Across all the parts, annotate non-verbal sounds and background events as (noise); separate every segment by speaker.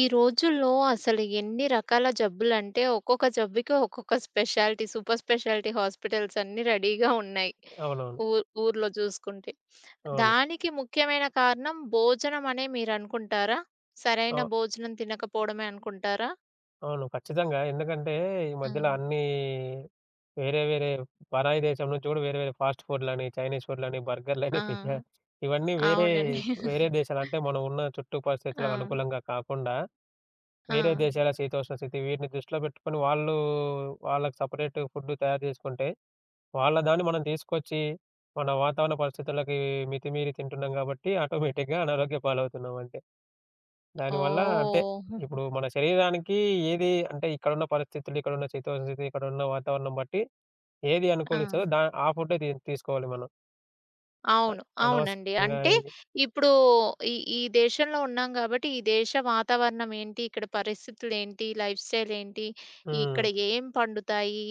Speaker 1: ఈ రోజుల్లో అసలు ఎన్ని రకాల జబ్బులంటే, ఒక్కొక్క జబ్బుకి ఒక్కొక్క స్పెషాలిటీ, సూపర్ స్పెషాలిటీ హాస్పిటల్స్ అన్నీ రెడీగా ఉన్నాయి.
Speaker 2: అవునవును.
Speaker 1: ఊ ఊర్లో చూసుకుంటే.
Speaker 2: అవును.
Speaker 1: దానికి ముఖ్యమైన కారణం భోజనం అనే మీరనుకుంటారా? సరైన
Speaker 2: అవు
Speaker 1: భోజనం తినకపోవడమే అనుకుంటారా?
Speaker 2: అవును. ఖచ్చితంగా. ఎందుకంటే ఈ
Speaker 1: ఆ!
Speaker 2: మధ్యలో అన్నీ వేరే వేరే పరాయి దేశం నుంచి కూడా వేరే వేరే ఫాస్ట్ ఫుడ్‌లని, చైనీస్ ఫుడ్‌లని, బర్గర్‌లని,
Speaker 1: ఆ!
Speaker 2: పిజ్జా. ఇవన్నీ వేరే
Speaker 1: అవునండి. (laughs)
Speaker 2: వేరే దేశాలు అంటే మనం ఉన్న చుట్టూ
Speaker 1: ఆ!
Speaker 2: పరిస్థితులకు అనుకూలంగా కాకుండా
Speaker 1: ఆ!
Speaker 2: వేరే దేశాల శీతోష్ణ స్థితి వీటిని దృష్టిలో పెట్టుకొని వాళ్ళు వాళ్ళకి సెపరేట్ ఫుడ్ తయారు చేసుకుంటే వాళ్ళ దాన్ని మనం తీసుకొచ్చి మన వాతావరణ పరిస్థితులకి మితిమీరి తింటున్నాం కాబట్టి ఆటోమేటిక్‌గా అనారోగ్య పాలవుతున్నాం అంతే. దానివల్ల అంటే,
Speaker 1: ఓహ్!
Speaker 2: ఇప్పుడు మన శరీరానికి ఏది అంటే ఇక్కడున్న పరిస్థితులు, ఇక్కడున్న శీతోష్ణస్థితి, ఇక్కడున్న వాతావరణం బట్టి ఏది
Speaker 1: ఆ!
Speaker 2: అనుకూలిస్తదో ఆ ఫుడ్డే తీసుకోవాలి మనం. అ
Speaker 1: అవును. అవునండి.
Speaker 2: అనవసరంగా
Speaker 1: అంటే
Speaker 2: ఈ
Speaker 1: ఇప్పుడు ఈ ఈ దేశంలో ఉన్నాం కాబట్టి, ఈ దేశ వాతావరణం ఏంటి, ఇక్కడ పరిస్థితులేంటి, లైఫ్ స్టైల్ ఏంటి,
Speaker 2: హ్మ్.
Speaker 1: ఇక్కడ ఏం పండుతాయి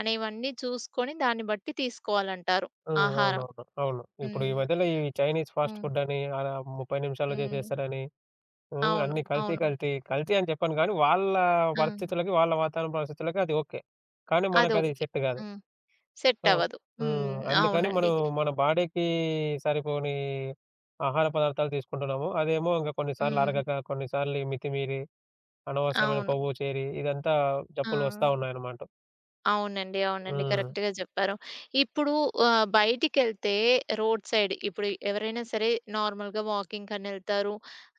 Speaker 1: అనేవన్నీ చూసుకొని దాన్ని బట్టి తీసుకోవాలంటారు
Speaker 2: హ్మ్.
Speaker 1: ఆహారం.
Speaker 2: అవునవును. అవును. ఇప్పుడు
Speaker 1: హ్మ్.
Speaker 2: ఈ మధ్యలో ఈ చైనీస్ ఫాస్ట్
Speaker 1: హ్మ్.
Speaker 2: ఫుడ్ అని అలా 30 నిమిషాల్లో
Speaker 1: హ్మ్.
Speaker 2: చేసేస్తారని,
Speaker 1: అవును.
Speaker 2: అన్నీ కల్తీ
Speaker 1: అవును.
Speaker 2: కల్తీ. కల్తీ అని చెప్పను గానీ, వాళ్ళ
Speaker 1: ఆ!
Speaker 2: పరిస్థితులకి, వాళ్ళ వాతావరణ పరిస్థితులకి అది ఓకే. కానీ
Speaker 1: అది
Speaker 2: మనకది
Speaker 1: ఓకే.
Speaker 2: సెట్ కాదు.
Speaker 1: హ్మ్. సెట్
Speaker 2: సో,
Speaker 1: అవ్వదు. హ్మ్.
Speaker 2: అందుకని
Speaker 1: అవునండి.
Speaker 2: మనం మన బాడీకి సరిపోని ఆహార పదార్థాలు తీసుకుంటున్నాము. అదేమో ఇంక కొన్నిసార్లు
Speaker 1: హ్మ్.
Speaker 2: అరగక, కొన్నిసార్లు ఈ మితిమీరి అనవసరమైన
Speaker 1: అవును.
Speaker 2: కొవ్వు చేరి ఇదంతా
Speaker 1: ఆ!
Speaker 2: జబ్బులు వస్తా ఉన్నాయన్నమాట.
Speaker 1: అవునండి. అవునండి. కరెక్ట్‌గా
Speaker 2: నిజం.
Speaker 1: జెప్పారు. ఇప్పుడు బయటికెళ్తే రోడ్ సైడ్ ఇప్పుడు ఎవరైనా సరే నార్మల్‌గా వాకింగ్‌కనెళ్తారు.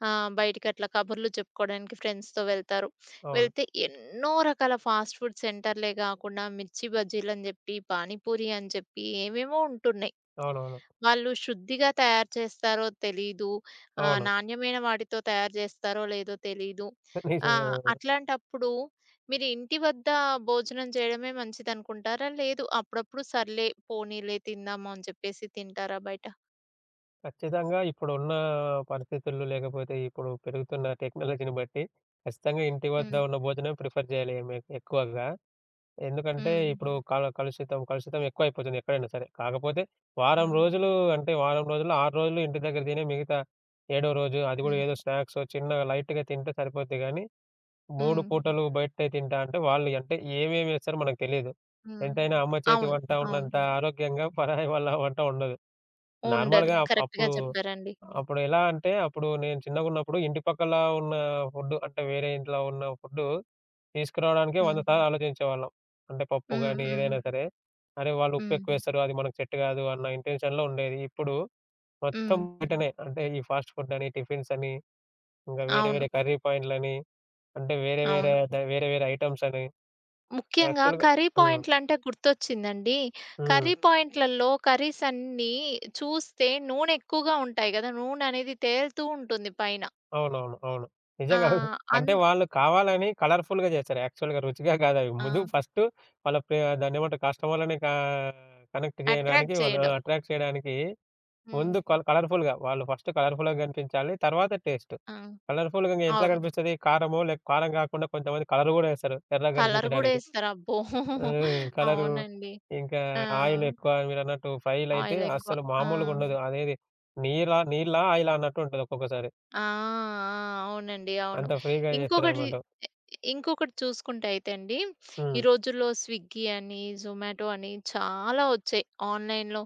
Speaker 1: బయటికట్లా కబుర్లు చెప్పుకోవడానికి ఫ్రెండ్స్‌తో వెళ్తారు.
Speaker 2: అవును.
Speaker 1: వెళ్తే ఎన్నో రకాల ఫాస్ట్ ఫుడ్ సెంటర్‌లే గాకుండా మిర్చి బజ్జీలని జెప్పి, పానీపూరి అని జెప్పి ఏవేవో ఉంటున్నాయి.
Speaker 2: అవునవును.
Speaker 1: వాళ్ళు శుద్ధిగా తయారు చేస్తారో తెలీదు.
Speaker 2: అవును.
Speaker 1: నాణ్యమైన వాటితో తయారు చేస్తారో లేదో తెలీదు.
Speaker 2: (laughs)
Speaker 1: ఆ!
Speaker 2: నిజమే. ఆ!
Speaker 1: అట్లాంటప్పుడు మీరు ఇంటి వద్ద భోజనం చేయడమే మంచిదనుకుంటారా? లేదు అప్పుడప్పుడు సర్లే పోనీలే తిందాము అని చెప్పేసి తింటారా బయట?
Speaker 2: ఖచ్చితంగా ఇప్పుడున్న పరిస్థితుల్లో లేకపోతే ఇప్పుడు పెరుగుతున్న టెక్నాలజీని బట్టి ఖచ్చితంగా ఇంటి వద్ద
Speaker 1: హ్మ్.
Speaker 2: ఉన్న భోజనం ప్రిఫర్ చేయాలి ఎక్కువగా. ఎందుకంటే
Speaker 1: హ్మ్.
Speaker 2: ఇప్పుడు కలుషితం, కలుషితం ఎక్కువైపోతుంది ఎక్కడైనా సరే. కాకపోతే వారం
Speaker 1: హ్మ్.
Speaker 2: రోజులు అంటే, వారం రోజుల్లో 6 రోజులు ఇంటి దగ్గర తిని మిగతా ఏడో రోజు అది గూడా
Speaker 1: హ్మ్.
Speaker 2: ఏదో స్నాక్సో చిన్నగా లైట్‌గా తింటే సరిపోద్ది గానీ, 3
Speaker 1: హ్మ్.
Speaker 2: పూటలు బయటే తింటా అంటే వాళ్ళు అంటే ఏమేమేస్తారో మనకు తెలీదు.
Speaker 1: హ్మ్.
Speaker 2: ఎంతైనా అమ్మ చేతి
Speaker 1: అవును.
Speaker 2: వంట
Speaker 1: అవును.
Speaker 2: ఉన్నంత ఆరోగ్యంగా పరాయి వాళ్ళ వంట ఉండదు.
Speaker 1: ఉండదు.
Speaker 2: నార్మల్‌గా నిజం.
Speaker 1: కరెక్ట్‌గా
Speaker 2: అప్పుడు
Speaker 1: చెప్పారండి.
Speaker 2: అప్పుడెలా అంటే, అప్పుడు నేను చిన్నగున్నప్పుడు ఇంటి పక్కల ఉన్న ఫుడ్డు అంటే వేరే ఇంట్లో ఉన్న ఫుడ్డు తీసుకురావడానికే 100
Speaker 1: హ్మ్.
Speaker 2: సార్లు ఆలోచించేవాళ్ళం. అంటే పప్పు
Speaker 1: హ్మ్.
Speaker 2: గాని
Speaker 1: హ్మ్.
Speaker 2: ఏదైనా ఓకే. సరే, అరే! వాళ్ళు
Speaker 1: హ్మ్.
Speaker 2: ఉప్పెక్కువేస్తారు అది మనకు సెట్ కాదు అన్న ఇంటెన్షన్‌లో ఉండేది. ఇప్పుడు మొత్తం
Speaker 1: హ్మ్.
Speaker 2: బయటనే అంటే ఈ ఫాస్ట్ ఫుడ్ అని, టిఫిన్స్ అని, ఇంకా వేరే
Speaker 1: అవును.
Speaker 2: వేరే కర్రీ పాయింట్లని, అంటే వేరే వేరే
Speaker 1: అవును.
Speaker 2: ద వేరే వేరే ఐటెమ్స్ అని
Speaker 1: ముఖ్యంగా
Speaker 2: యాక్చువల్‌గా
Speaker 1: కర్రీ
Speaker 2: హ్మ్.
Speaker 1: పాయింట్లంటే గుర్తొచ్చిందండి.
Speaker 2: హ్మ్.
Speaker 1: కర్రీ పాయింట్‌లలో కర్రీస్ అన్నీ చూస్తే నూనె ఎక్కువగా ఉంటాయి గదా! నూనె అనేది తేలుతూ ఉంటుంది పైన.
Speaker 2: అవునవును. అవును.
Speaker 1: ఆ!
Speaker 2: నిజంగా (laughs)
Speaker 1: అన్
Speaker 2: అంటే వాళ్ళు కావాలని కలర్‌ఫుల్‌గా చేశారు. యాక్చువల్‌గా రుచిగా కాదు అవి.
Speaker 1: ఆ!
Speaker 2: ముందు ఫస్ట్ వాళ్ళ పే దాన్నేమంటారు కస్టమర్‌లని కనెక్ట్ చేయడానికి
Speaker 1: అట్రాక్ట్
Speaker 2: వాళ్ళు
Speaker 1: చేయడం.
Speaker 2: అట్రాక్ట్ చేయడానికి
Speaker 1: హ్మ్.
Speaker 2: ముందు కలర్‌ఫుల్‌గా. వాళ్ళు ఫస్ట్ కలర్‌ఫుల్‌గా కనిపించాలి. తర్వాత టేస్ట్.
Speaker 1: ఆ!
Speaker 2: కలర్‌ఫుల్‌గా ఇంగ ఎట్లా
Speaker 1: అవును.
Speaker 2: కనిపిస్తది? కారమో లేక కారం గాకుండా కొంతమంది కలర్ గూడా ఏస్తారు ఎర్రగా
Speaker 1: కలర్ గూడా
Speaker 2: కనిపించడానికి.
Speaker 1: ఏస్తారు. అబ్బో!
Speaker 2: కలరు
Speaker 1: అవునండి.
Speaker 2: ఇంకా
Speaker 1: ఆ!
Speaker 2: ఆయిల్ ఎక్కువ మీరన్నట్టు ఫ్రైలయితే
Speaker 1: ఆయిల్ ఎక్కువ.
Speaker 2: అస్సలు
Speaker 1: ఆ!
Speaker 2: మామూలుగుండదు. అదేది నీలా నీళ్ళా? ఆయిలా? అన్నట్టు ఉంటది ఒక్కొక్కసారి.
Speaker 1: ఆ! ఆ! అవునండి. అవును.
Speaker 2: అంత ఫ్రీ‌గా
Speaker 1: ఇంకొకటి
Speaker 2: జేస్తారనమాట.
Speaker 1: ఇంకొకటి చూసుకుంటే అయితే అండి, ఈ
Speaker 2: హ్మ్.
Speaker 1: రోజుల్లో స్విగ్గీ అని, జొమాటో అని చాలా వచ్చాయి. ఆన్‌లైన్‌లో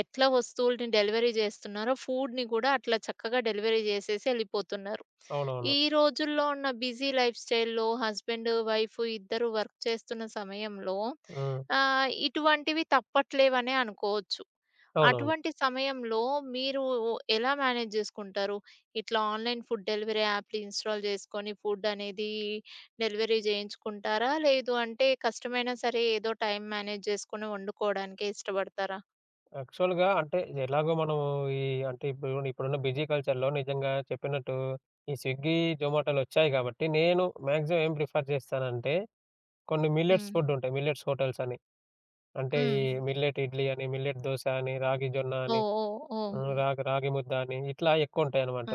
Speaker 1: ఎట్లా వస్తువుల్ని డెలివరీ చేస్తున్నారో ఫుడ్‌ని కూడా అట్లా చక్కగా డెలివరీ చేసేసి ఎళ్ళిపోతున్నారు.
Speaker 2: అవునవును.
Speaker 1: ఈ రోజుల్లో ఉన్న బిజీ లైఫ్ స్టైల్‌లో హస్బెండ్, వైఫ్ ఇద్దరు వర్క్ చేస్తున్న సమయంలో
Speaker 2: హ్మ్.
Speaker 1: ఇటువంటివి తప్పట్లేవనే అనుకోవచ్చు.
Speaker 2: అవునవును.
Speaker 1: అటువంటి సమయంలో మీరు ఎలా మేనేజ్ జేసుకుంటారు? ఇట్లా ఆన్‌లైన్ ఫుడ్ డెలివరీ యాప్‌లు ఇన్‌స్టాల్ జేసుకొని ఫుడ్ అనేది డెలివరీ జేయించుకుంటారా? లేదు అంటే కష్టమైనా సరే ఏదో టైం మేనేజ్ జేసుకొని వండుకోవడానికే ఇష్టపడతారా?
Speaker 2: యాక్చువల్‌గా అంటే ఎలాగో మనము ఈ అంటే ఇప్పుడున్న బిజీ కల్చర్‌లో నిజంగా చెప్పినట్టు ఈ స్విగ్గీ, జొమాటోలొచ్చాయి కాబట్టి నేను మాక్సిమం ఏం ప్రిఫర్ చేస్తానంటే కొన్ని మిల్లెట్స్
Speaker 1: హ్మ్.
Speaker 2: ఫుడ్ ఉంటాయి. మిల్లెట్స్ హోటల్స్ అని. అంటే ఈ
Speaker 1: హ్మ్.
Speaker 2: హ్మ్. మిల్లెట్ ఇడ్లీ అని, మిల్లెట్ దోస అని, రాగి జొన్న
Speaker 1: ఓహ్!
Speaker 2: అని,
Speaker 1: ఓహ్! ఓహ్!
Speaker 2: హ్మ్, హ్మ్. రాగి రాగి ముద్ద అని ఇట్లా ఎక్కువుంటాయన్నమాట.
Speaker 1: ఆ!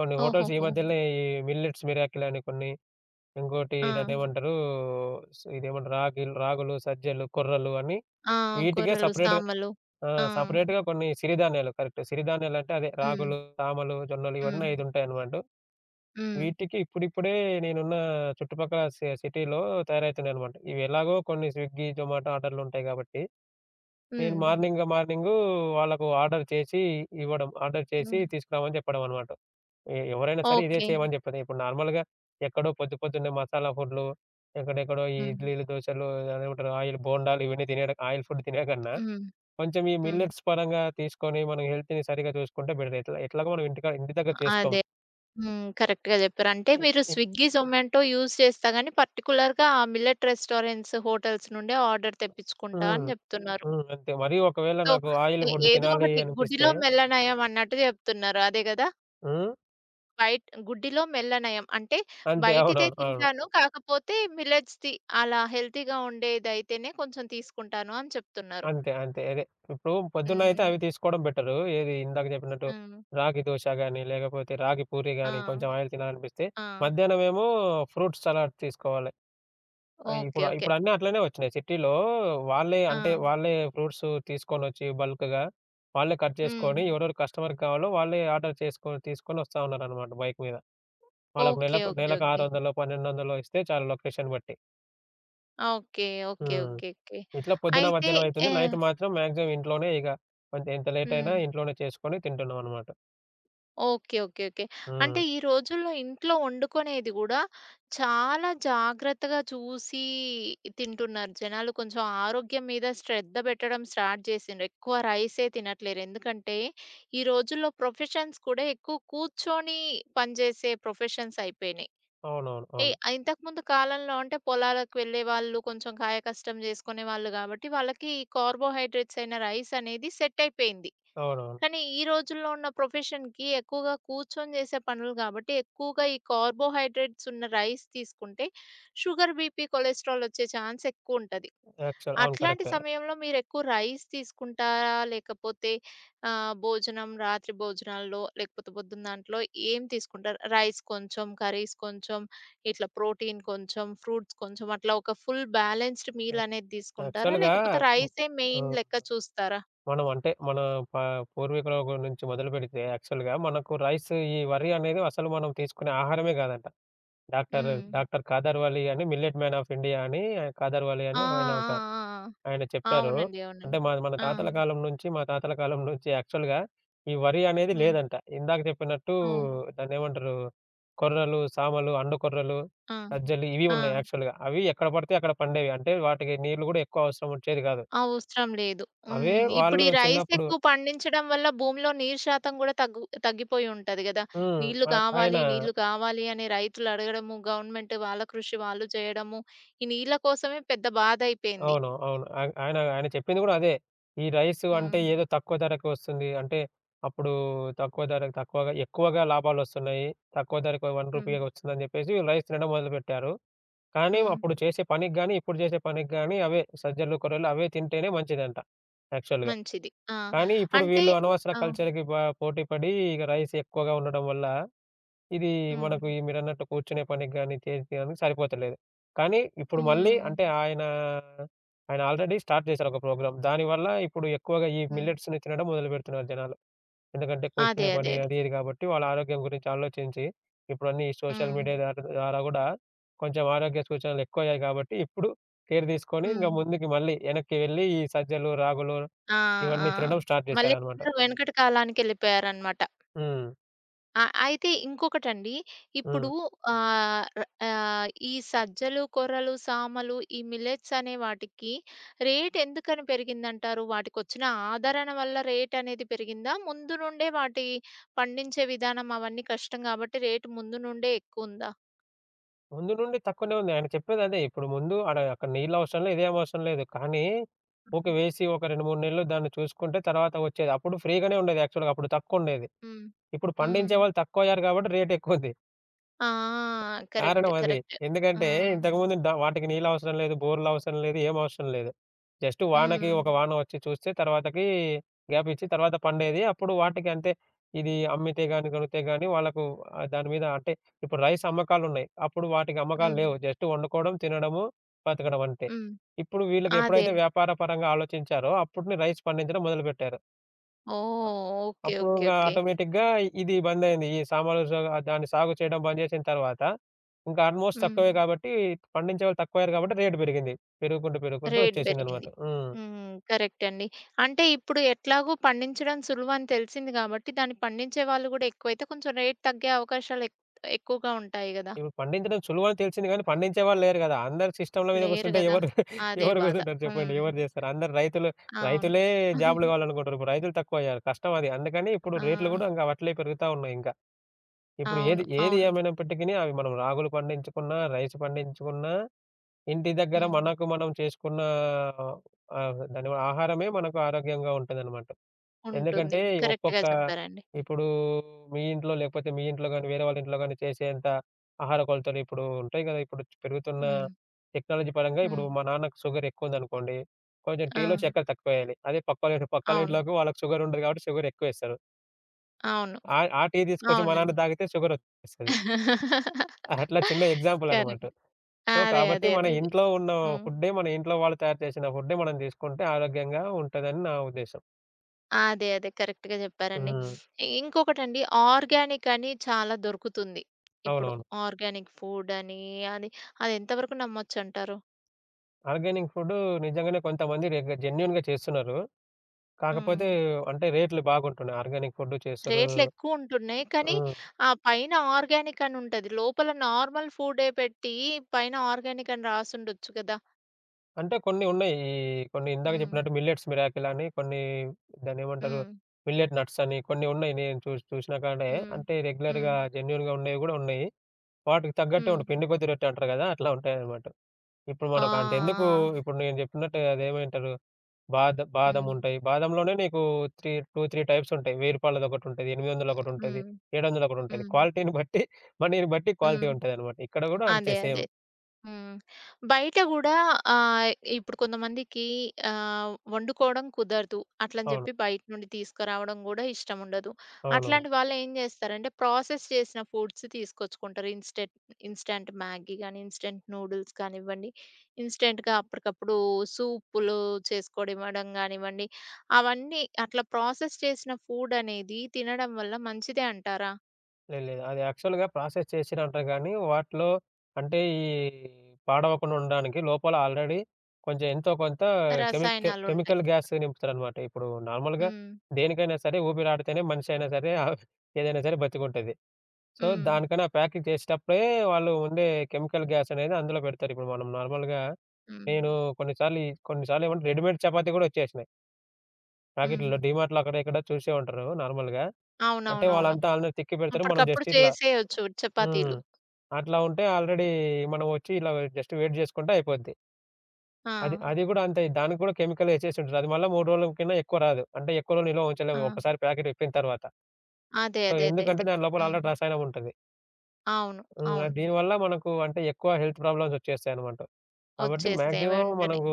Speaker 2: కొన్ని హోటల్స్ ఈ
Speaker 1: ఓహోహో!
Speaker 2: మధ్యలనే ఈ మిల్లెట్స్ మిరాకిల్ అని కొన్ని ఇంకోటి
Speaker 1: ఆ!
Speaker 2: దాన్నేమంటారు స్ ఇదేమంటారు రాగిల్ రాగులు, సజ్జలు, కొర్రలు అని
Speaker 1: ఆ!
Speaker 2: వీటికే
Speaker 1: కూరలు,
Speaker 2: సెపరేట్‌గా
Speaker 1: సామలు.
Speaker 2: ఆ!
Speaker 1: ఆ!
Speaker 2: సెపరేట్‌గా కొన్ని సిరిధాన్యాలు కరెక్ట్. సిరిధాన్యాలంటే అదే
Speaker 1: హ్మ్.
Speaker 2: రాగులు, తామలు, జొన్నలు
Speaker 1: హ్మ్.
Speaker 2: ఇవన్నీ 5 ఉంటాయన్నమాట.
Speaker 1: హ్మ్.
Speaker 2: వీటికి ఇప్పుడిప్పుడే నేనున్న చుట్టుపక్కల సిటీలో తయారవుతున్నాయన్నమాట. ఇవి ఎలాగో కొన్ని స్విగ్గీ, జొమాటో ఆర్డర్‌లుంటాయి కాబట్టి, నేను అవును.
Speaker 1: హ్మ్.
Speaker 2: మార్నింగు వాళ్ళకు ఆర్డర్ చేసి ఇవ్వడం. ఆర్డర్ చేసి
Speaker 1: హ్మ్.
Speaker 2: తీసుకురామని చెప్పడం అనమాట. ఎవరైనా సరే ఇదే ఓకే.
Speaker 1: ఓకే.
Speaker 2: చేయమని చెప్పేది. ఇప్పుడు నార్మల్‌గా ఎక్కడో పొద్దున్నే మసాలా ఫుడ్‌లు, ఎక్కడెక్కడో ఈ
Speaker 1: హ్మ్.
Speaker 2: ఇడ్లీలు, దోసలు అదేమంటారు ఆయిల్ బోండాలు ఇవన్నీ తినేయడం ఆయిల్ ఫుడ్ తినే కన్నా
Speaker 1: హ్మ్.
Speaker 2: కొంచెం ఈ
Speaker 1: హ్మ్.
Speaker 2: మిల్లెట్స్ పరంగా తీసుకొని మనం హెల్త్‌ని సరిగ్గా చూసుకుంటే బెటర్. ఎట్లాగో మనం ఇంటి దగ్గర చేసుకోం.
Speaker 1: అదే. హ్మ్. కరెక్ట్‌గా జెప్పారు. అంటే
Speaker 2: ఓకే.
Speaker 1: మీరు
Speaker 2: ఇ ఇ
Speaker 1: స్విగ్గీ, జొమాటో యూజ్ చేస్తా గానీ పర్టిక్యులర్‌గా ఆ మిల్లెట్ రెస్టారెంట్స్, హోటల్స్ నుండే ఆర్డర్ తెప్పించుకుంటా
Speaker 2: హ్మ్.
Speaker 1: అని జెప్తున్నారు.
Speaker 2: హ్మ్. అంతే. మరీ ఒకవేళ
Speaker 1: సో,
Speaker 2: నాకు ఆయిల్ ఫుడ్
Speaker 1: ఏదో
Speaker 2: తినాలి
Speaker 1: ఒకటి
Speaker 2: అనిపిస్తే
Speaker 1: గుడిలో మెల్లనయం అన్నట్టు జెప్తున్నారు. అదే గదా!
Speaker 2: హ్మ్.
Speaker 1: బయట గుడ్డిలో మెల్లనయం. అంటే
Speaker 2: అంతే.
Speaker 1: బయటిదే
Speaker 2: అవునవును. అవును.
Speaker 1: తింటాను. కాకపోతే మిల్లెట్స్‌ది అలా హెల్తీగా ఉండేదైతేనే కొంచెం తీసుకుంటాను అని చెప్తున్నారు.
Speaker 2: అంతే. అంతే. అదే. ఇప్పుడు పొద్దున్నయితే
Speaker 1: హ్మ్.
Speaker 2: అవి తీసుకోవడం బెటరు. ఏది ఇందాక చెప్పినట్టు
Speaker 1: హ్మ్.
Speaker 2: రాగి దోశ గాని, లేకపోతే రాగి పూరి
Speaker 1: ఆ!
Speaker 2: గాని కొంచెం ఆయిల్ తినాలనిపిస్తే,
Speaker 1: ఆ!
Speaker 2: మధ్యాహ్నమేమో ఫ్రూట్ సలాడ్ తీసుకోవాలి. ఆ!
Speaker 1: ఓకే.
Speaker 2: ఇప్పుడు
Speaker 1: ఓకే.
Speaker 2: ఇప్పుడు అన్నీ అట్లనే వచ్చినాయి. సిటీలో వాళ్ళే అంటే
Speaker 1: ఆ!
Speaker 2: హ్మ్. వాళ్ళే ఫ్రూట్స్ తీసుకొనొచ్చి బల్క్‌గా వాళ్ళే కట్
Speaker 1: హ్మ్.
Speaker 2: చేసుకొని ఎవరెవరు కస్టమర్‌కి కావాలో వాళ్ళే ఆర్డర్ చేసుకొని తీసుకొని వస్తా ఉన్నారనమాట బైక్ మీద. వాళ్ళకి
Speaker 1: ఓకే.
Speaker 2: నెలకు
Speaker 1: ఓకే.
Speaker 2: నెలకు
Speaker 1: ఓకే.
Speaker 2: 600, 1200 ఇస్తే చాలు లొకేషన్ బట్టి.
Speaker 1: ఓకే. ఓకే.
Speaker 2: హ్మ్.
Speaker 1: ఓకే. ఓకే.
Speaker 2: ఇట్లా పొద్దున,
Speaker 1: అయితే
Speaker 2: మధ్యాహ్నం అయితుంది.
Speaker 1: ఏ
Speaker 2: నైట్ మాత్రం మాక్సిమం ఇంట్లోనే ఇగ కొంచెం ఎంత లేట్
Speaker 1: హ్మ్.
Speaker 2: అయినా ఇంట్లోనే చేసుకొని తింటున్నాం అనమాట.
Speaker 1: ఓకే. ఓకే. ఓకే.
Speaker 2: హ్మ్.
Speaker 1: అంటే ఈ రోజుల్లో ఇంట్లో వండుకునేది గూడా చాలా జాగ్రత్తగా చూసి తింటున్నారు జనాలు. కొంచెం ఆరోగ్యం మీద శ్రద్ధ పెట్టడం స్టార్ట్ చేసిండ్రు. ఎక్కువ రైసే తినట్లేరు. ఎందుకంటే ఈ రోజుల్లో ప్రొఫెషన్స్ కూడా ఎక్కువ కూర్చొని పనిచేసే ప్రొఫెషన్స్ అయిపోయినాయి.
Speaker 2: అవునవును.
Speaker 1: ఏ
Speaker 2: అవును.
Speaker 1: ఇంతకుముందు కాలంలో అంటే పొలాలకు వెళ్ళేవాళ్ళు, కొంచెం కాయ కష్టం జేసుకునేవాళ్ళు గాబట్టి, వాళ్ళకి కార్బోహైడ్రేట్స్ అయిన రైస్ అనేది సెట్ అయిపోయింది.
Speaker 2: అవునవును.
Speaker 1: కానీ, ఈ రోజుల్లో ఉన్న ప్రొఫెషన్‌కి ఎక్కువగా కూర్చొని జేసే పనులు గాబట్టి, ఎక్కువగా ఈ కార్బోహైడ్రేట్స్ ఉన్న రైస్ తీసుకుంటే, షుగర్, బీపీ, కొలెస్ట్రాల్ ఒచ్చే ఛాన్స్ ఎక్కువుంటది.
Speaker 2: యాక్చువల్ అవును.
Speaker 1: అట్లాంటి
Speaker 2: కరెక్టే.
Speaker 1: సమయంలో మీరెక్కువ రైస్ తీసుకుంటారా? లేకపోతే భోజనం రాత్రి భోజనాల్లో లేకపోతే పొద్దున్న దాంట్లో ఏం తీసుకుంటారు? రైస్ కొంచెం, కర్రీస్ కొంచెం, ఇట్లా ప్రోటీన్ కొంచెం, ఫ్రూట్స్ కొంచెం అట్లా ఒక ఫుల్ బ్యాలెన్స్డ్ మీల్
Speaker 2: యాక్
Speaker 1: అనేది తీసుకుంటారా?
Speaker 2: యాక్చువల్‌గా
Speaker 1: లేకపోతే
Speaker 2: హ్మ్.
Speaker 1: రైసే
Speaker 2: ఆ!
Speaker 1: మెయిన్ లెక్క చూస్తారా?
Speaker 2: మనం అంటే మన ప పూర్వీకుల నుంచి మొదలుపెడితే యాక్చువల్‌గా మనకు రైస్ ఈ వరి అనేది అసలు మనం తీసుకునే ఆహారమే కాదంట. డాక్టర్
Speaker 1: హ్మ్.
Speaker 2: డాక్టర్ కాదర్‌వాలీ అని మిల్లెట్ మ్యాన్ ఆఫ్ ఇండియా అని కాదర్‌వాలీ
Speaker 1: ఆ!
Speaker 2: అని
Speaker 1: ఆ!
Speaker 2: ఆయన ఒక
Speaker 1: ఆ!
Speaker 2: ఆయన
Speaker 1: ఆ!
Speaker 2: చెప్పారు.
Speaker 1: అవునండి. అవునండి.
Speaker 2: అంటే మన
Speaker 1: ఆ!
Speaker 2: తాతల హ్మ్. కాలం నుంచి మా తాతల కాలం నుంచి యాక్చువల్‌గా ఈ వరి అనేది
Speaker 1: హ్మ్.
Speaker 2: లేదంట. ఇందాక చెప్పినట్టు
Speaker 1: ఓహ్!
Speaker 2: దాన్నేమంటారు కొర్రలు, సామలు, అండు కొర్రలు,
Speaker 1: ఆ!
Speaker 2: సజ్జలు ఇవి
Speaker 1: ఆ!
Speaker 2: ఉన్నాయి యాక్చువల్‌గా. అవి ఎక్కడ పడితే అక్కడ పండేవి. అంటే వాటికి నీళ్లు కూడా ఎక్కువ అవసరం వచ్చేది కాదు.
Speaker 1: అవసరం లేదు.
Speaker 2: అవే
Speaker 1: హ్మ్.
Speaker 2: హ్మ్.
Speaker 1: ఇప్పుడు
Speaker 2: వాళ్ళు
Speaker 1: ఈ రైస్
Speaker 2: చిన్నప్పుడు
Speaker 1: ఎక్కువ పండించడం వల్ల భూమిలో నీరు శాతం గూడా తగ్గిపోయి ఉంటది గదా!
Speaker 2: హ్మ్.
Speaker 1: నీళ్లు
Speaker 2: ఆహ్, ఆయన
Speaker 1: గావాలి, నీళ్లు గావాలి అని రైతులు అడగడము, గవర్నమెంట్ వాళ్ళ కృషి వాళ్ళు చేయడము, ఈ నీళ్ల కోసమే పెద్ద బాధయిపోయింది.
Speaker 2: అవును. అవును. ఆయ ఆయన ఆయన చెప్పింది గూడా అదే. ఈ రైస్ అంటే
Speaker 1: హ్మ్.
Speaker 2: ఏదో తక్కువ ధరకి వస్తుంది. అంటే అప్పుడు తక్కువ ధరకు తక్కువగా ఎక్కువగా లాభాలొస్తున్నాయి. తక్కువ ధరకు రూ.
Speaker 1: హ్మ్.
Speaker 2: 1 వస్తుందని జెప్పేసి రైస్ తినడం మొదలుపెట్టారు. కానీ
Speaker 1: హ్మ్.
Speaker 2: అప్పుడు చేసే పనికి గాని, ఇప్పుడు జేసే పనికి గాని అవే సజ్జలు, కొర్రలు అవే తింటేనే మంచిదంట యాక్చువల్‌గా.
Speaker 1: మంచిది. ఆ!
Speaker 2: కానీ ఇప్పుడు
Speaker 1: అంటే
Speaker 2: వీళ్ళు అనవసర
Speaker 1: ఆ!
Speaker 2: కల్చర్‌కి పోటీ పడి ఇక రైస్ ఎక్కువగా ఉండడం వల్ల ఇది
Speaker 1: హ్మ్.
Speaker 2: మనకు ఈ మీరన్నట్టు కూర్చునే పనికి గాని, చేసేదానికి సరిపోతలేదు. కానీ ఇప్పుడు మళ్ళీ
Speaker 1: హ్మ్.
Speaker 2: అంటే ఆయన, ఆయన ఆల్రెడీ స్టార్ట్ చేశారు ఒక ప్రోగ్రామ్. దానివల్ల ఇప్పుడు ఎక్కువగా ఈ
Speaker 1: హ్మ్.
Speaker 2: మిల్లెట్స్‌ని తినడం మొదలుపెడుతున్నారు జనాలు. ఎందుకంటే
Speaker 1: అదే.
Speaker 2: కూర్చునే
Speaker 1: అదే.
Speaker 2: పని
Speaker 1: అదే.
Speaker 2: అది ఇది కాబట్టి వాళ్ళ ఆరోగ్యం గురించి ఆలోచించి ఇప్పుడు అన్నీ ఈ సోషల్
Speaker 1: హ్మ్.
Speaker 2: మీడియా ద్వారా గూడా కొంచెం ఆరోగ్య సూచనలు ఎక్కువయ్యాయి కాబట్టి ఇప్పుడు కేర్ తీసుకొని ఇంక
Speaker 1: హ్మ్.
Speaker 2: ముందుకి మళ్ళీ వెనక్కి వెళ్లి ఈ సజ్జలు, రాగులు
Speaker 1: ఆ! ఆ!
Speaker 2: ఇవన్నీ తినడం స్టార్ట్
Speaker 1: మళ్ళీ
Speaker 2: చేశారనమాట.
Speaker 1: అందరూ వెనకటి కాలానికెళ్ళిపోయారనమాట.
Speaker 2: హ్మ్.
Speaker 1: ఆ! అయితే ఇంకొకటండి. ఇప్పుడు
Speaker 2: హ్మ్.
Speaker 1: ఆహ్, ర ఈ సజ్జలు, కొర్రలు, సామలు ఈ మిల్లెట్స్ అనే వాటికి రేట్ ఎందుకని పెరిగిందంటారు? వాటికొచ్చిన ఆదరణ వల్ల రేట్ అనేది పెరిగిందా? ముందు నుండే వాటి పండించే విధానం అవన్నీ కష్టం గాబట్టి రేట్ ముందు నుండే ఎక్కువుందా?
Speaker 2: ముందు నుండి తక్కువనే ఉంది. ఆయన చెప్పేదదే. ఇప్పుడు ముందు ఆడ అక్కడ నీళ్ళవసరం లేదు, ఏమవసరం లేదు. కానీ ఊకే వేసి ఒక 2, 3 నెలలు దాన్ని చూసుకుంటే తర్వాత వచ్చేది. అప్పుడు ఫ్రీగానే ఉండేది యాక్చువల్‌గా అప్పుడు తక్కువుండేది.
Speaker 1: హ్మ్.
Speaker 2: ఇప్పుడు
Speaker 1: హ్మ్.
Speaker 2: పండించే వాళ్ళు తక్కువయ్యారు కాబట్టి రేటెక్కువుంది.
Speaker 1: ఆ! కరెక్ట్.
Speaker 2: కారణం అది.
Speaker 1: కరెక్ట్. ఆ!
Speaker 2: ఎందుకంటే ఇంతకుముందు వాటికి నీళ్ళవసరం లేదు, బోర్‌లవసరం లేదు, ఏమవసరం లేదు. జస్ట్ వానకి
Speaker 1: హ్మ్.
Speaker 2: ఒక హ్మ్. వాన వచ్చి చూస్తే తర్వాతకి గ్యాప్ ఇచ్చి తర్వాత పండేది. అప్పుడు వాటికి అంతే ఇది అమ్మితే గాని, కొనితే గాని వాళ్ళకు ఆహ్, దాని మీద అంటే ఇప్పుడు రైస్ అమ్మకాలున్నాయి. అప్పుడు వాటికి అమ్మకాలు
Speaker 1: హ్మ్.
Speaker 2: లేవు. జస్ట్ వండుకోవడం, తినడము, బతకడం అంతే.
Speaker 1: హ్మ్.
Speaker 2: ఇప్పుడు వీళ్ళకి
Speaker 1: అదే.
Speaker 2: ఎప్పుడైతే వ్యాపార పరంగా ఆలోచించారో అప్పుటిని రైస్ పండించడం మొదలుపెట్టారు.
Speaker 1: ఓహ్! ఓకే.
Speaker 2: అప్పుడు
Speaker 1: ఓకే.
Speaker 2: ఇంగా
Speaker 1: ఓకే.
Speaker 2: ఆటోమేటిక్‌గా ఇది బందయింది. ఈ సామాలు సా దాన్ని సాగు చేయడం బంద్ చేసిన తర్వాత, ఇంకా ఆల్‌మోస్ట్
Speaker 1: హ్మ్.
Speaker 2: తక్కువే కాబట్టి పండించేవాళ్ళు తక్కువయ్యారు కాబట్టి రేట్ పెరిగింది. పెరుగుకుంటూ, పెరుగుకుంటూ
Speaker 1: రేట్
Speaker 2: వచ్చేసిందనమాట.
Speaker 1: బెరిగింది. హ్మ్. కరెక్ట్ అండి. అంటే ఇప్పుడు ఎట్లాగో పండించడం సులువని తెలిసింది గాబట్టి, దాన్ని పండించే వాళ్ళు గూడా ఎక్కువైతే కొంచెం రేట్ తగ్గే అవకాశాలు ఎక్కువగా ఉంటాయి గదా!
Speaker 2: ఇప్పుడు పండించడం సులువని తెలిసింది గానీ, పండించే వాళ్ళు లేరు గదా! అందరూ సిస్టమ్‌ల మీద
Speaker 1: లేరు
Speaker 2: కూర్చుంటే
Speaker 1: గదా!
Speaker 2: ఎవరు
Speaker 1: అదే
Speaker 2: ఎవరు
Speaker 1: బాధ.
Speaker 2: కూర్చుంటారు
Speaker 1: హ్మ్.
Speaker 2: చెప్పండి? ఎవరు చేస్తారు? అందరూ రైతులు
Speaker 1: అవును.
Speaker 2: రైతులే జాబులు
Speaker 1: (laughs)
Speaker 2: కావాలనుకుంటారు. ఇప్పుడు రైతులు తక్కువయ్యారు. కష్టం అది. అందుకని ఇప్పుడు
Speaker 1: ఆ!
Speaker 2: రేట్లు గూడా ఇంక అట్లే పెరుగుతా ఉన్నాయి ఇంకా. ఇప్పుడు ఏది
Speaker 1: అవును.
Speaker 2: ఏది
Speaker 1: అవును.
Speaker 2: ఏమైనప్పటికిని అవి మనం రాగులు పండించుకున్నా, రైస్ పండించుకున్నా ఇంటి దగ్గర
Speaker 1: హ్మ్.
Speaker 2: మనకు మనం చేసుకున్న ఆహ్, దాని వల్ల ఆహారమే మనకు ఆరోగ్యంగా ఉంటదనమాట.
Speaker 1: ఉంటుంది.
Speaker 2: ఎందుకంటే
Speaker 1: కరెక్ట్‌గా
Speaker 2: ఒక్కొక్క
Speaker 1: చెప్పారండి.
Speaker 2: ఇప్పుడు మీ ఇంట్లో లేకపోతే మీ ఇంట్లో గాని, వేరే వాళ్ళ ఇంట్లో గాని చేసేంత ఆహార కొలతలు ఇప్పుడు ఉంటాయి కదా! ఇప్పుడు పెరుగుతున్న
Speaker 1: హ్మ్.
Speaker 2: టెక్నాలజీ పరంగా
Speaker 1: హ్మ్.
Speaker 2: ఇప్పుడు మా నాన్నకు షుగర్ ఎక్కువుందనుకోండి, కొంచెం
Speaker 1: ఆ!
Speaker 2: టీలో చక్కెర తక్కువేయాలి. అదే పక్కోళ్ళ పక్కోళ్ళ
Speaker 1: అవును.
Speaker 2: ఇంట్లోకి వాళ్ళకి షుగర్ ఉండదు కాబట్టి షుగర్ ఎక్కువేస్తారు.
Speaker 1: అవును.
Speaker 2: ఆ ఆ టీ తీసుకొచ్చి మా నాన్న
Speaker 1: అవునండి.
Speaker 2: తాగితే షుగరొచ్చేస్తది.
Speaker 1: (laughs)
Speaker 2: అట్లా చిన్న ఎగ్జాంపుల్ అనమాట.
Speaker 1: కరెక్ట్.
Speaker 2: సో,
Speaker 1: అదే.
Speaker 2: కాబట్టి
Speaker 1: అదే.
Speaker 2: మన
Speaker 1: అదే.
Speaker 2: ఇంట్లో ఉన్న
Speaker 1: హ్మ్.
Speaker 2: ఫుడ్డే, మన ఇంట్లో వాళ్ళు తయారు చేసిన ఫుడ్డే మనం తీసుకుంటే ఆరోగ్యంగా ఉంటదని నా ఉద్దేశ్యం.
Speaker 1: ఆ, అదే. అదే. కరెక్ట్‌గా జెప్పారండి.
Speaker 2: హ్మ్. హ్మ్.
Speaker 1: ఇంకొకటండి ఆర్గానిక్ అని చాలా దొరుకుతుంది ఇప్పుడు.
Speaker 2: అవునవును.
Speaker 1: ఆర్గానిక్ ఫుడ్ అని అది, అది ఎంతవరకు నమ్మొచ్చంటారు?
Speaker 2: ఆర్గానిక్ ఫుడ్డు నిజంగానే కొంతమంది జెన్యూన్‌గా చేస్తున్నారు.
Speaker 1: హ్మ్.
Speaker 2: కాకపోతే అంటే రేట్లు బాగుంటున్నాయి. ఆర్గానిక్ ఫుడ్డు చేస్తుర్రు.
Speaker 1: రేట్లెక్కువుంటున్నాయి. కానీ
Speaker 2: హ్మ్.
Speaker 1: ఆ పైన ఆర్గానిక్ అని ఉంటది. లోపల నార్మల్ ఫుడే పెట్టి పైన ఆర్గానిక్ అని రాసుండొచ్చు గదా!
Speaker 2: అంటే కొన్ని ఉన్నాయి. కొన్ని ఇందాక
Speaker 1: హ్మ్.
Speaker 2: చెప్పినట్టు మిల్లెట్స్ మిరాకిల్ అని కొన్ని దాన్నేమంటారు?
Speaker 1: హ్మ్.
Speaker 2: మిల్లెట్ నట్స్ అని కొన్ని ఉన్నాయి. నేను చూసి చూసిన కాడే
Speaker 1: హ్మ్.
Speaker 2: అంటే
Speaker 1: హ్మ్.
Speaker 2: రెగ్యులర్‌గా జెన్యూన్‌గా ఉండేవి గూడా ఉన్నాయి. వాటికి తగ్గట్టే
Speaker 1: హ్మ్.
Speaker 2: ఉంటయి. పిండి కొద్ది రొట్టె అంటారు గదా! అట్లా ఉంటాయన్నమాట. ఇప్పుడు
Speaker 1: ఆ!
Speaker 2: మనకు అంటే ఎందుకు
Speaker 1: ఆ!
Speaker 2: ఇప్పుడు నేను చెప్పినట్టు అదేమంటారు?
Speaker 1: ఆ! హ్మ్.
Speaker 2: బాదముంటాయి. బాదంలోనే నీకు త్రీ 2, 3 టైప్స్ ఉంటాయి. రూ. 1000 ఒకటుంటది. 800 ఒకటుంటది.
Speaker 1: హ్మ్.
Speaker 2: 700 ఒకటుంటది.
Speaker 1: హ్మ్.
Speaker 2: క్వాలిటీని బట్టి మనీని బట్టి క్వాలిటీ
Speaker 1: హ్మ్.
Speaker 2: ఉంటదనమాట. ఇక్కడ గూడా అంతే
Speaker 1: అదే. అదే.
Speaker 2: సేమ్.
Speaker 1: హ్మ్. బయట గూడా ఆహ్, ఇప్పుడు కొంతమందికి వండుకోవడం కుదరదు. అట్లని
Speaker 2: అవును.
Speaker 1: జెప్పి బయట నుండి తీసుకురావడం గూడా ఇష్టముండదు.
Speaker 2: అవునవును.
Speaker 1: అట్లాంటి వాళ్ళేం జేస్తారంటే, ప్రాసెస్ చేసిన ఫుడ్స్ తీసుకొచ్చుకుంటారు. ఇన్‌స్టాంట్ మ్యాగీ గానీ, ఇన్‌స్టాంట్ నూడిల్స్ కానివ్వండి, ఇన్‌స్టాంట్‌గా అప్పటికప్పుడు సూపులు చేసుకోవడం ఇవ్వడం గానివ్వండి, అవన్నీ అట్లా ప్రాసెస్ చేసిన ఫుడ్ అనేది తినడం వల్ల మంచిదే అంటారా?
Speaker 2: లేదు, లేదు. అది యాక్చువల్‌గా ప్రాసెస్ చేసిరంట గానీ, వాటిలో అంటే ఈ పాడవకుండా ఉండడానికి లోపల ఆల్రెడీ కొంచెం ఎంతో కొంత
Speaker 1: రసాయనాలుంటాయి.
Speaker 2: Chemical gas నింపుతారనమాట. ఇప్పుడు నార్మల్‌గా
Speaker 1: హ్మ్.
Speaker 2: దేనికైనా సరే ఊపిరాడితేనే మనిషి అయినా సరే, ఏదైనా సరే బతికుంటది. సో,
Speaker 1: హ్మ్.
Speaker 2: దానికని ఆ ప్యాకింగ్ చేసేటప్పుడే వాళ్ళు ఉండే కెమికల్ గ్యాస్ అనేది అందులో పెడతారు. ఇప్పుడు మనం నార్మల్‌గా
Speaker 1: హ్మ్.
Speaker 2: నేను కొన్నిసార్లు ఏమంటే రెడీమేడ్ చపాతీ కూడా వచ్చేసినాయి.
Speaker 1: హ్మ్.
Speaker 2: ప్యాకెట్‌లో డీమార్ట్‌లో అక్కడ ఇక్కడ చూసే ఉంటారు నార్మల్‌గా. అంటే అవును.
Speaker 1: అవునవునవును.
Speaker 2: వాళ్ళంతా ఆల్రెడీ తిక్కి పెడతారు. మనం
Speaker 1: అప్పటికప్పుడు
Speaker 2: జస్ట్ ఇట్లా
Speaker 1: చేసేయొచ్చు
Speaker 2: హ్మ్.
Speaker 1: చపాతీలు.
Speaker 2: అట్లా ఉంటే ఆల్రెడీ మనం వచ్చి ఇలా జస్ట్ వెయిట్ చేసుకుంటే అయిపోద్ది.
Speaker 1: ఆ!
Speaker 2: అది అది కూడా అంతే దానికి కూడా కెమికల్ ఎసేసి ఉంటారు. అది మళ్ళా 3 రోజుల కన్నా ఎక్కువ రాదు. అంటే ఎక్కువ రోజులు నిల్వ
Speaker 1: ఆ!
Speaker 2: ఉంచలేము. ఒకసారి ప్యాకెట్ విప్పిన తర్వాత.
Speaker 1: అదే.
Speaker 2: సో,
Speaker 1: అదే. అదే.
Speaker 2: ఎందుకంటే
Speaker 1: అదే.
Speaker 2: దాని లోపల
Speaker 1: హ్మ్.
Speaker 2: ఆల్రెడీ రసాయనం ఉంటది.
Speaker 1: అవును.
Speaker 2: ఆహ్,
Speaker 1: అవును.
Speaker 2: దీనివల్ల మనకు అంటే ఎక్కువ హెల్త్ ప్రాబ్లమ్స్ వచ్చేస్తాయన్నమాట. కాబట్టి
Speaker 1: వచ్చేస్తాయి
Speaker 2: మాక్సిమం
Speaker 1: వెంటనే.
Speaker 2: మనకు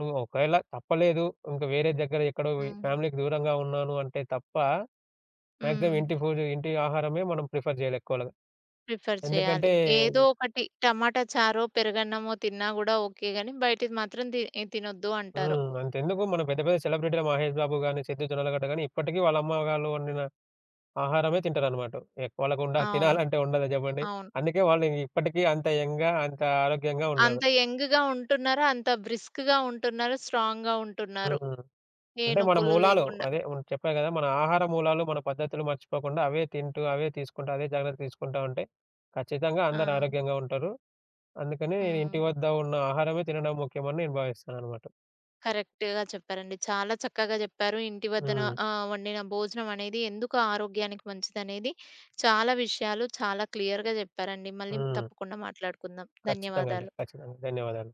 Speaker 2: నువ్వు ఒకవేళ తప్పలేదు. ఇంక వేరే దగ్గర ఎక్కడో
Speaker 1: హ్మ్.
Speaker 2: ఫ్యామిలీకి దూరంగా ఉన్నాను అంటే తప్ప మాక్సిమం
Speaker 1: హ్మ్.
Speaker 2: ఇంటి ఫుడ్, ఇంటి ఆహారమే మనం ప్రిఫర్ చేయాలి ఎక్కువగా.
Speaker 1: ప్రిఫర్ చేయాలి.
Speaker 2: ఎందుకంటే
Speaker 1: ఏదో
Speaker 2: ఓకే.
Speaker 1: ఒకటి టమాటా చారో, పెరుగన్నమో తిన్నా గూడా ఓకే గానీ, బయటిది మాత్రం తినొద్దు అంటారు.
Speaker 2: అంతెందుకు మన పెద్ద పెద్ద సెలబ్రిటీలు 'మహేష్ బాబు' గాని, 'సిద్దు జొన్నలగడ్డ' గాని ఇప్పటికీ వాళ్ళ అమ్మ వాళ్ళు వండిన ఆహారమే తింటారన్నమాట. వాళ్ళకుండ
Speaker 1: అవును.
Speaker 2: తినాలంటే ఉండదా చెప్పండి.
Speaker 1: అవును.
Speaker 2: అందుకే వాళ్ళు ఇప్పటికీ అంత యంగ్‌గా, అంత ఆరోగ్యంగా ఉన్నారు.
Speaker 1: అంత యంగ్‌గా ఉంటున్నారు. అంత బ్రిస్క్‌గా ఉంటున్నారు. స్ట్రాంగ్‌గా ఉంటున్నారు.
Speaker 2: హ్మ్.
Speaker 1: ఏ
Speaker 2: అంటే మన
Speaker 1: నొప్పులు
Speaker 2: మూలాలు
Speaker 1: లేకుండా.
Speaker 2: అదే చెప్పా గదా! మన ఆహార మూలాలు, మన పద్ధతులు మర్చిపోకుండా అవే తింటూ, అవే తీసుకుంటూ, అవే జాగ్రత్త తీసుకుంటా ఉంటే ఖచ్చితంగా
Speaker 1: ఆ!
Speaker 2: అందరూ ఆరోగ్యంగా ఉంటారు. అందుకని నేను
Speaker 1: హ్మ్.
Speaker 2: ఇంటి వద్ద ఉన్న ఆహారమే తినడం ముఖ్యమని నేను భావిస్తాననమాట.
Speaker 1: కరెక్ట్‌గా చెప్పారండి. చాలా చక్కగా చెప్పారు. ఇంటి వద్దన
Speaker 2: హ్మ్.
Speaker 1: వండిన భోజనం అనేది ఎందుకు ఆరోగ్యానికి మంచిదనేది చాలా విషయాలు చాలా క్లియర్‌గా చెప్పారండి. మళ్ళీ
Speaker 2: హ్మ్.
Speaker 1: తప్పకుండా మాట్లాడుకుందాం.
Speaker 2: ఖచ్చితంగా అండి.
Speaker 1: ధన్యవాదాలు.
Speaker 2: ఖచ్చితంగా. ధన్యవాదాలు.